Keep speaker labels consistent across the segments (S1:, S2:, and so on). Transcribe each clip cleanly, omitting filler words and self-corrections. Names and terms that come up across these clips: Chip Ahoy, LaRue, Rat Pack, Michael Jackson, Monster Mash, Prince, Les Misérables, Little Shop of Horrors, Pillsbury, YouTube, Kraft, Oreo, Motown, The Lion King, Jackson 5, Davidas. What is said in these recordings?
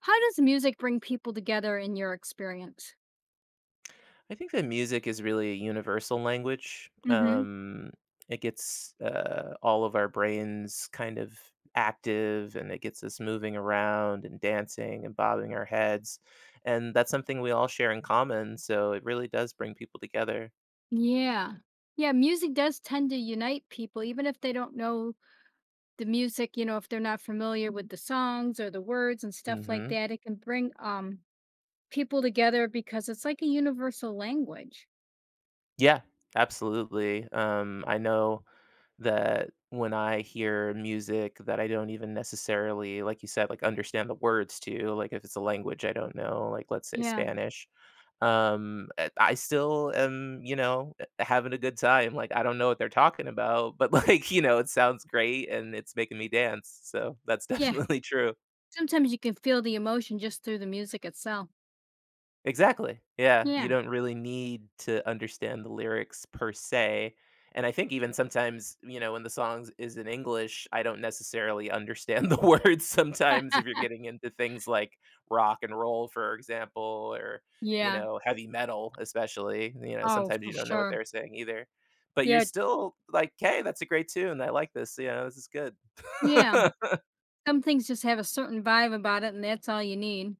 S1: How does music bring people together in your experience?
S2: I think that music is really a universal language.
S1: Mhm.
S2: It gets all of our brains kind of active, and it gets us moving around and dancing and bobbing our heads. And that's something we all share in common. So it really does bring people together.
S1: Yeah. Yeah, music does tend to unite people even if they don't know the music, you know, if they're not familiar with the songs or the words and stuff like
S2: hmm
S1: that, it can bring, people together because it's like a universal language.
S2: Yeah, absolutely. I know that when I hear music that I don't even necessarily, like you said, like understand the words to, like if it's a language I don't know, like let's say
S1: Yeah.
S2: Spanish, I still am, having a good time. Like I don't know what they're talking about, but like, you know, it sounds great and it's making me dance. So that's
S1: Yeah.
S2: definitely true.
S1: Sometimes you can feel the emotion just through the music itself.
S2: Exactly. Yeah, you
S1: Yeah.
S2: don't really need to understand the lyrics per se, and I think even sometimes, you know, when the songs is in English, I don't necessarily understand the words sometimes if you're getting into things like rock and roll, for example, or, you
S1: Yeah.
S2: know, heavy metal especially, you know,
S1: Oh,
S2: sometimes
S1: for
S2: you don't know what
S1: sure.
S2: they're saying either, but you're
S1: Yeah.
S2: still like, "Hey, that's a great tune. I like this," you know, "This is good."
S1: Yeah. Some things just have a certain vibe about it, and that's all you need.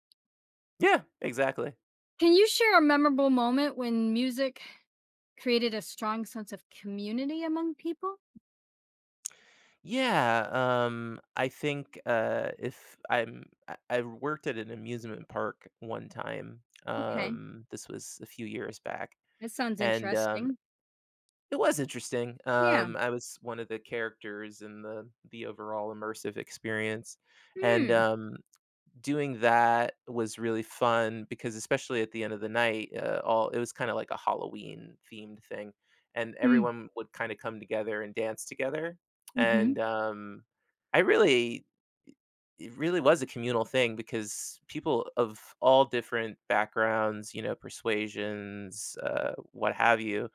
S2: Yeah, exactly.
S1: Can you share a memorable moment when music created a strong sense of community among people?
S2: Yeah, I think, if I'm I worked at an amusement park one time.
S1: Okay,
S2: This was a few years back,
S1: that sounds
S2: and,
S1: interesting.
S2: it was interesting.
S1: Yeah.
S2: I was one of the characters in the overall immersive experience, and,
S1: Hmm.
S2: um doing that was really fun because especially at the end of the night, all it was kind of like a Halloween themed thing, and
S1: Mm.
S2: everyone would kind of come together and dance together.
S1: Hmm.
S2: And I really It really was a communal thing because people of all different backgrounds, you know, persuasions, what have you,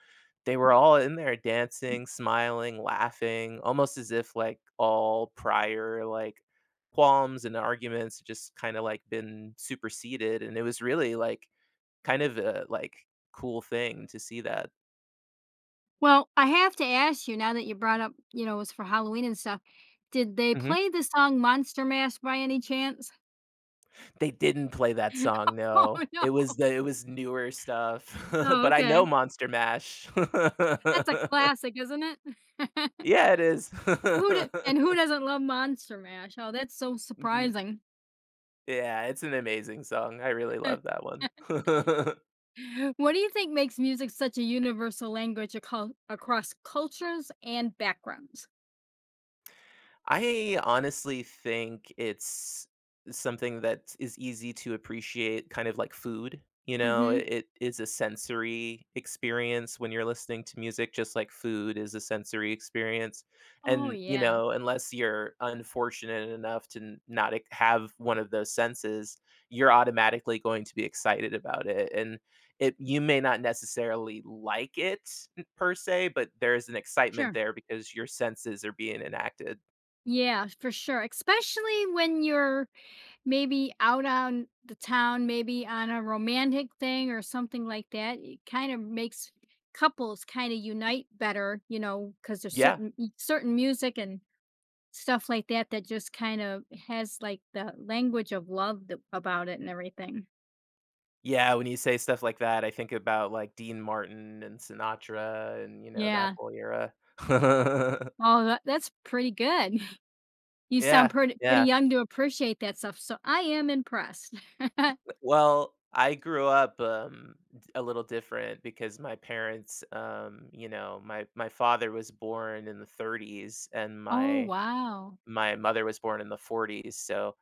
S2: they were all in there dancing, smiling, laughing, almost as if like all prior like qualms and arguments had just kind of like been superseded. And it was really like kind of a cool thing to see that.
S1: Well, I have to ask you now that you brought up, you know, it was for Halloween and stuff. Did they play the song "Monster Mash" by any chance?
S2: They didn't play that song,
S1: Oh
S2: no.
S1: no.
S2: It was the it was newer stuff,
S1: Oh,
S2: but I know
S1: okay.
S2: Monster Mash.
S1: That's a classic, isn't it?
S2: Yeah, it is.
S1: Who d and who doesn't love Monster Mash? Oh, that's so
S2: Mhm.
S1: surprising.
S2: Yeah, it's an amazing song. I really love that one.
S1: What do you think makes music such a universal language across cultures and backgrounds?
S2: I honestly think it's something that is easy to appreciate, kind of like food. You know,
S1: Hmm.
S2: it is a sensory experience when you're listening to music, just like food is a sensory experience.
S1: Oh,
S2: And, you
S1: yeah.
S2: know, unless you're unfortunate enough to not have one of those senses, you're automatically going to be excited about it. And it you may not necessarily like it per se, but there's an excitement
S1: Sure.
S2: there because your senses are being enacted.
S1: Yeah, for sure. Especially when you're maybe out on the town, maybe on a romantic thing or something like that. It kind of makes couples kind of unite better, you know, because there's
S2: Yeah.
S1: certain music and stuff like that that just kind of has like the language of love about it and everything.
S2: Yeah, when you say stuff like that, I think about, like, Dean Martin and Sinatra and, you know, that
S1: Yeah.
S2: whole era.
S1: Oh, that's pretty good. You sound
S2: Yeah,
S1: pretty
S2: yeah.
S1: young to appreciate that stuff, so I am impressed.
S2: Well, I grew up, d a little different because my parents, you know, my father was born in the 30s and
S1: Oh,
S2: my
S1: wow.
S2: my mother was born in the 40s, so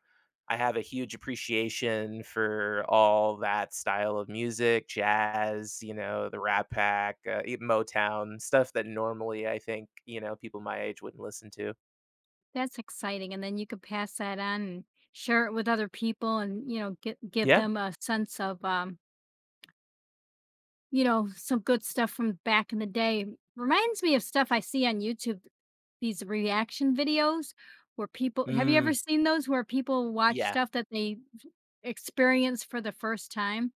S2: I have a huge appreciation for all that style of music, jazz, you know, the Rat Pack, e Motown, stuff that normally I think, you know, people my age wouldn't listen to.
S1: That's exciting, and then you could pass that on and share it with other people and, you know, gi give
S2: Yeah.
S1: them a sense of, you know, some good stuff from back in the day. Reminds me of stuff I see on YouTube, these reaction videos where people have you ever
S2: Mm,
S1: seen those where people watch
S2: yeah.
S1: stuff that they experience for the first time?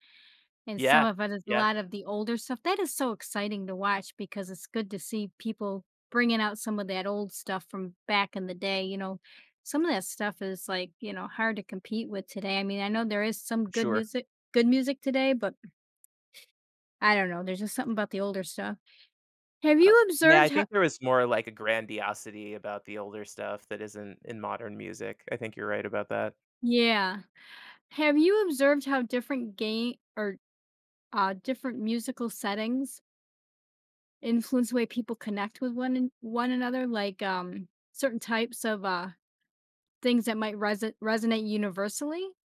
S1: And some
S2: Yeah.
S1: of it is a
S2: Yeah.
S1: lot of the older stuff. That is so exciting to watch because it's good to see people bringing out some of that old stuff from back in the day, you know. Some of that stuff is like, you know, hard to compete with today. I mean, I know there is some good
S2: Sure.
S1: music good music today, but I don't know, there's just something about the older stuff. Have
S2: Uh,
S1: you
S2: yeah,
S1: observed
S2: I
S1: how
S2: think there was more like a grandiosity about the older stuff that isn't in modern music. I think you're right about that.
S1: Yeah. Have you observed how different game or different musical settings influence the way people connect with one another like, certain types of, things that might resonate universally?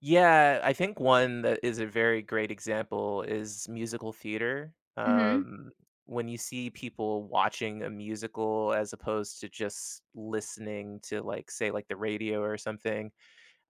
S2: Yeah, I think one that is a very great example is musical theater.
S1: Mhm,
S2: When you see people watching a musical as opposed to just listening to like say like the radio or something,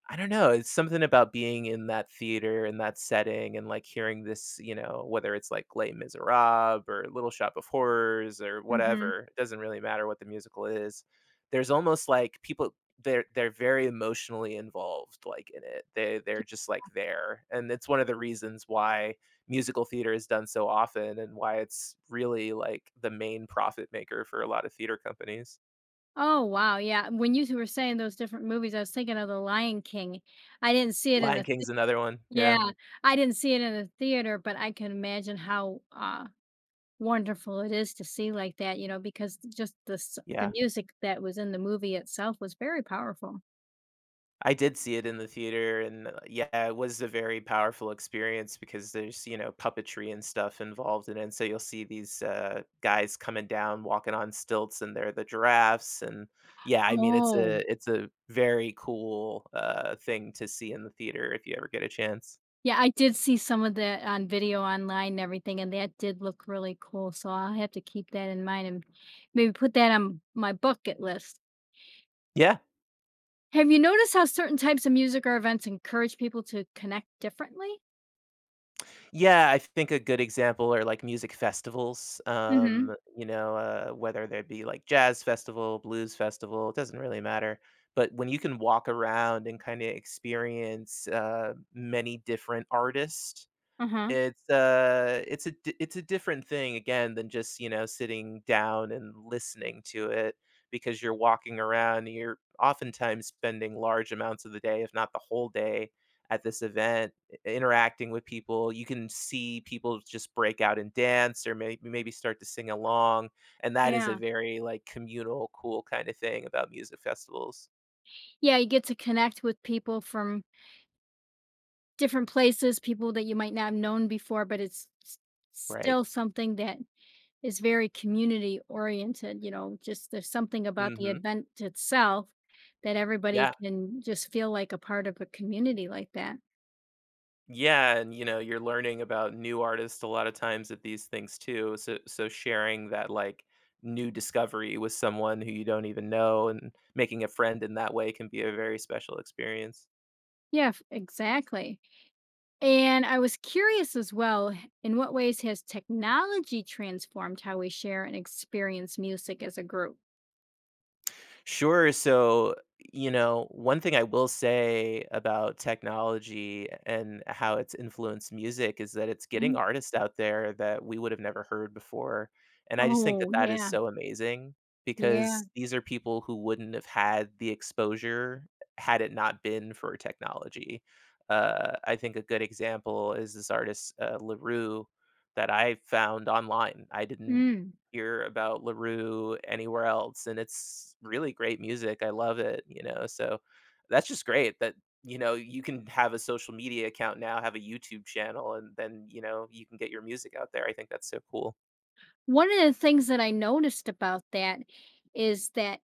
S2: I don't know, it's something about being in that theater, and that setting, and, like, hearing this, you know, whether it's, like, Les Miserables or Little Shop of Horrors or
S1: mhm.
S2: whatever, it doesn't really matter what the musical is. There's almost, like, people they're very emotionally involved, like, in it. They're just, like, there, and it's one of the reasons why musical theater is done so often and why it's really, like, the main profit maker for a lot of theater companies.
S1: Oh, wow, yeah, when you too were saying those different movies, I was thinking of The Lion King. I didn't see it in
S2: Lion
S1: a the
S2: King's another one, yeah,
S1: Yeah, I didn't see it in a theater, but I can imagine how, wonderful it is to see like that, you know, because just the
S2: yeah.
S1: music that was in the movie itself was very powerful.
S2: I did see it in the theater, and, yeah, it was a very powerful experience because there's, you know, puppetry and stuff involved in it, and so you'll see these, guys coming down, walking on stilts, and they're the giraffes, and, yeah, I mean, it's a
S1: Oh.
S2: it's a very cool, thing to see in the theater if you ever get a chance.
S1: Yeah, I did see some of that on video online and everything, and that did look really cool, so I'll have to keep that in mind and maybe put that on my bucket list.
S2: Yeah.
S1: Have you noticed how certain types of music or events encourage people to connect differently?
S2: Yeah, I think a good example are like music festivals.
S1: Mhm.
S2: You know, whether there be like jazz festival, blues festival, it doesn't really matter. But when you can walk around and kind of experience many different artists,
S1: Uh-huh.
S2: it's a different thing again than just, you know, sitting down and listening to it because you're walking around, you're oftentimes spending large amounts of the day, if not the whole day, at this event, I interacting with people. You can see people just break out and dance or maybe start to sing along, and that is a
S1: Yeah.
S2: very, like, communal, cool kinda thing about music festivals.
S1: Yeah, you get to connect with people from different places, people that you might not have known before, but
S2: Right.
S1: still something that is very community oriented, you know, just there's something about the
S2: Mhm.
S1: event itself that everybody
S2: Yeah.
S1: can just feel like a part of a community like that.
S2: Yeah, and you know, you're learning about new artists a lot of times at these things too. So sharing that like new discovery with someone who you don't even know and making a friend in that way can be a very special experience.
S1: Yeah, exactly. And I was curious as well, in what ways has technology transformed how we share and experience music as a group?
S2: Sure. So, you know, one thing I will say about technology and how it's influenced music is that it's getting
S1: Mm.
S2: artists out there that we would have never heard before. And I just think that
S1: Oh,
S2: that is
S1: yeah.
S2: so amazing
S1: Yeah.
S2: because these are people who wouldn't have had the exposure had it not been for technology. I think a good example is this artist, LaRue, that I found online. I didn't
S1: Mm.
S2: hear about LaRue anywhere else, and it's really great music, I love it, you know, so that's just great that, you know, you can have a social media account now, have a YouTube channel, and then, you know, you can get your music out there, I think that's so cool.
S1: One of the things that I noticed about that is that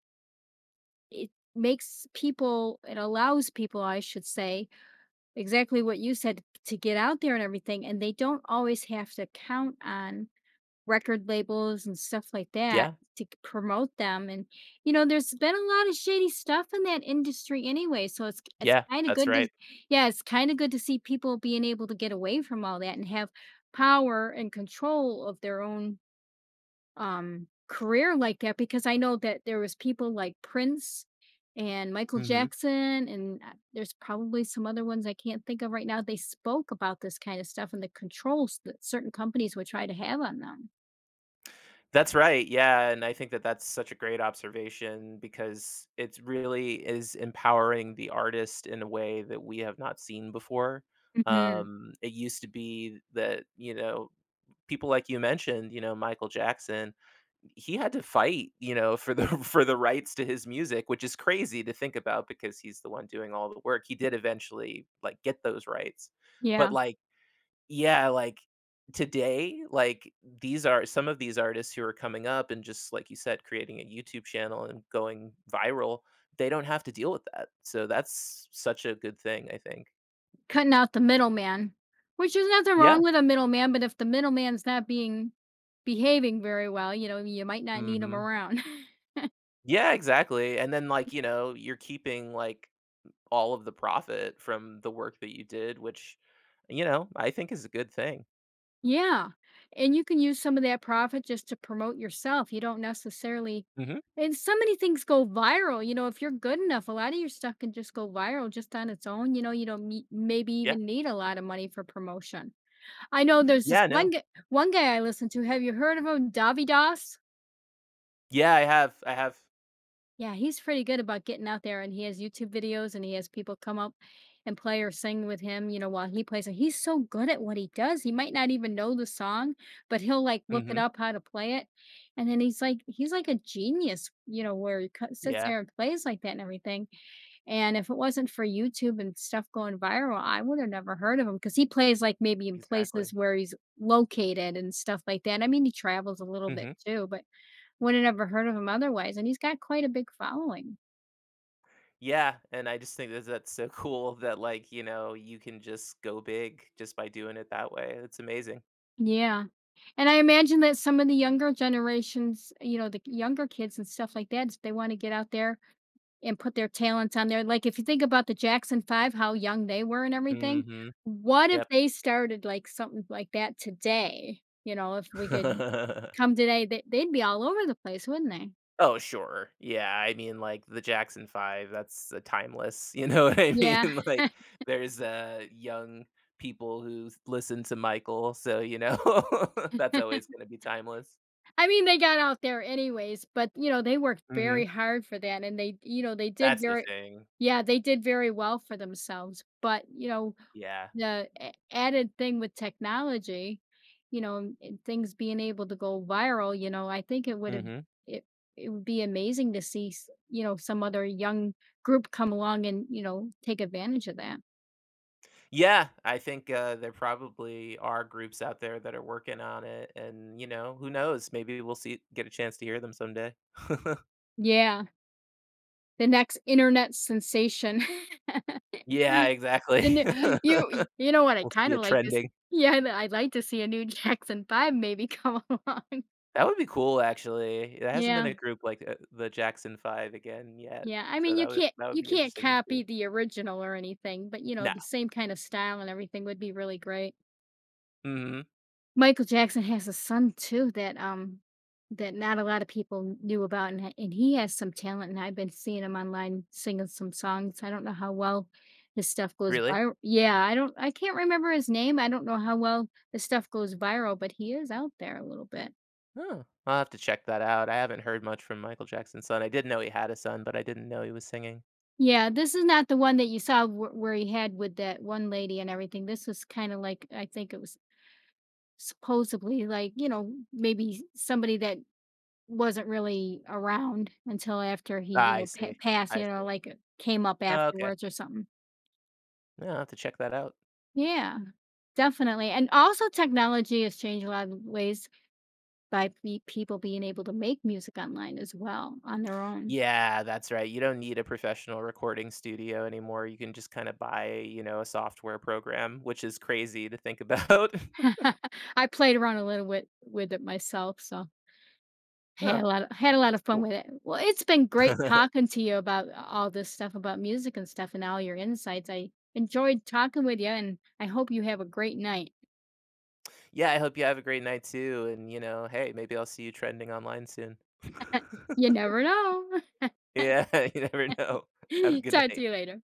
S1: it allows people, I should say, exactly what you said, to get out there and everything, and they don't always have to count on record labels and stuff like that
S2: Yeah,
S1: to c promote them, and, you know, there's been a lot of shady stuff in that industry anyway, so it's
S2: yeah,
S1: kinda
S2: that's
S1: good to
S2: right.
S1: yeah, it's kinda good to see people being able to get away from all that and have power and control of their own career like that because I know that there was people like Prince and Michael
S2: Mhm.
S1: Jackson and there's probably some other ones I can't think of right now. They spoke about this kind of stuff and the controls that certain companies would try to have on them.
S2: That's right, yeah, and I think that that's such a great observation because it really is empowering the artist in a way that we have not seen before.
S1: Hmm.
S2: It used to be that, you know, people like you mentioned, you know, Michael Jackson, he had to fight, you know, for the for the rights to his music, which is crazy to think about because he's the one doing all the work. He did eventually like get those rights.
S1: Yeah,
S2: But like, yeah, like today, like these are some of these artists who are coming up and just like you said, creating a YouTube channel and going viral, they don't have to deal with that. So that's such a good thing, I think.
S1: cutting out the middleman, which is nothing wrong
S2: Yeah.
S1: with a middleman, but if the middleman's not being behaving very well, you know, you might not need them
S2: Mhm.
S1: around.
S2: Yeah, exactly. And then like, you know, you're keeping like all of the profit from the work that you did, which, you know, I think is a good thing.
S1: Yeah. And you can use some of that profit just to promote yourself. You don't necessarily,
S2: Mhm.
S1: and so many things go viral. You know, if you're good enough, a lot of your stuff can just go viral just on its own. You know, you don't meet, maybe
S2: Yeah.
S1: even need a lot of money for promotion. I know Mhm. there's this
S2: Yeah,
S1: one
S2: no.
S1: guy, one guy I listen to. Have you heard of him? Davidas?
S2: Yeah, I have. I have.
S1: Yeah, he's pretty good about getting out there and he has YouTube videos and he has people come up and play or sing with him, you know, while he plays. And he's so good at what he does. He might not even know the song, but he'll like look it
S2: Mhm.
S1: up how to play it. And then he's like a genius, you know, where sits
S2: Yeah,
S1: there and plays like that and everything. And if it wasn't for YouTube and stuff going viral, I would have never heard of him because he plays like maybe in places
S2: exactly.
S1: where he's located and stuff like that. I mean, he travels a little bit
S2: Mhm.
S1: too, but wouldn't have ever heard of him otherwise, and he's got quite a big following.
S2: Yeah, and I just think that that's so cool that like, you know, you can just go big just by doing it that way. It's amazing.
S1: Yeah, and I imagine that some of the younger generations, you know, the younger kids and stuff like that, if they wanna get out there and put their talents on there, like, if you think about the Jackson 5, how young they were and everything,
S2: Mhm.
S1: what if
S2: Yep.
S1: they started, like, something like that today? You know, if we could come today, they'd be all over the place, wouldn't they?
S2: Oh, sure. Yeah, I mean, like, the Jackson 5, that's, timeless, you know what I
S1: Yeah.
S2: mean? Like, there's, young people who s listen to Michael, so, you know, that's always gonna be timeless.
S1: I mean, they got out there anyways, but, you know, they worked very
S2: Mhm.
S1: hard for that and they, you know, they did
S2: That's the
S1: very
S2: thing.
S1: yeah, they did very well for themselves, but, you know,
S2: Yeah.
S1: the a added thing with technology, you know, and things being able to go viral, you know, I think
S2: Mhm.
S1: it it would be amazing to see s you know, some other young group come along and, you know, take advantage of that.
S2: Yeah, I think, there probably are groups out there that are working on it, and, you know, who knows? Maybe we'll see get a chance to hear them someday.
S1: Yeah, the next internet sensation.
S2: Yeah,
S1: And
S2: exactly.
S1: you you know what, I
S2: We'll see
S1: kinda
S2: it
S1: like this
S2: trending.
S1: yeah, I know, I'd like to see a new Jackson 5 maybe come along.
S2: That would be cool, actually. There hasn't been
S1: Yeah,
S2: a group like, the Jackson 5 again yet,
S1: yeah, I
S2: so
S1: mean, you
S2: that would
S1: can't
S2: that would
S1: you
S2: be
S1: can't
S2: interesting to see.
S1: copy the original or anything, but, you know,
S2: No.
S1: the same kind of style and everything would be really great.
S2: Mhm.
S1: Michael Jackson has a son too that, that not a lot of people knew about, and h and he has some talent, and I've been seeing him online singing some songs. I don't know how well his stuff goes
S2: Really?
S1: viral Yeah, I can't remember his name. I don't know how well his stuff goes viral, but he is out there a little bit.
S2: Oh, I'll have to check that out. I haven't heard much from Michael Jackson's son. I did know he had a son, but I didn't know he was singing.
S1: Yeah, this is not the one that you saw wh where he had with that one lady and everything. This was kinda like I think it was supposedly, like, you know, maybe somebody that wasn't really around until after he, you
S2: Ah, I
S1: know, pa
S2: see.
S1: passed,
S2: I
S1: you know,
S2: see.
S1: came up
S2: Oh, okay.
S1: afterwards or something.
S2: Yeah, I'll have to check that out.
S1: Yeah, definitely, and also technology has changed a lot of ways by pe people being able to make music online as well, on their own.
S2: Yeah, that's right. You don't need a professional recording studio anymore. You can just kinda buy, you know, a software program, which is crazy to think about.
S1: I played around a little with it myself, so I
S2: Oh,
S1: had a lot of
S2: it's
S1: fun
S2: cool.
S1: with it. Well, it's been great talking to you about all this stuff about music and stuff and all your insights. I enjoyed talking with you, and I hope you have a great night.
S2: Yeah, I hope you have a great night too. And, you know, hey, maybe I'll see you trending online soon.
S1: You never know.
S2: yeah, you never know. Have a good
S1: Talk to
S2: night.
S1: you later.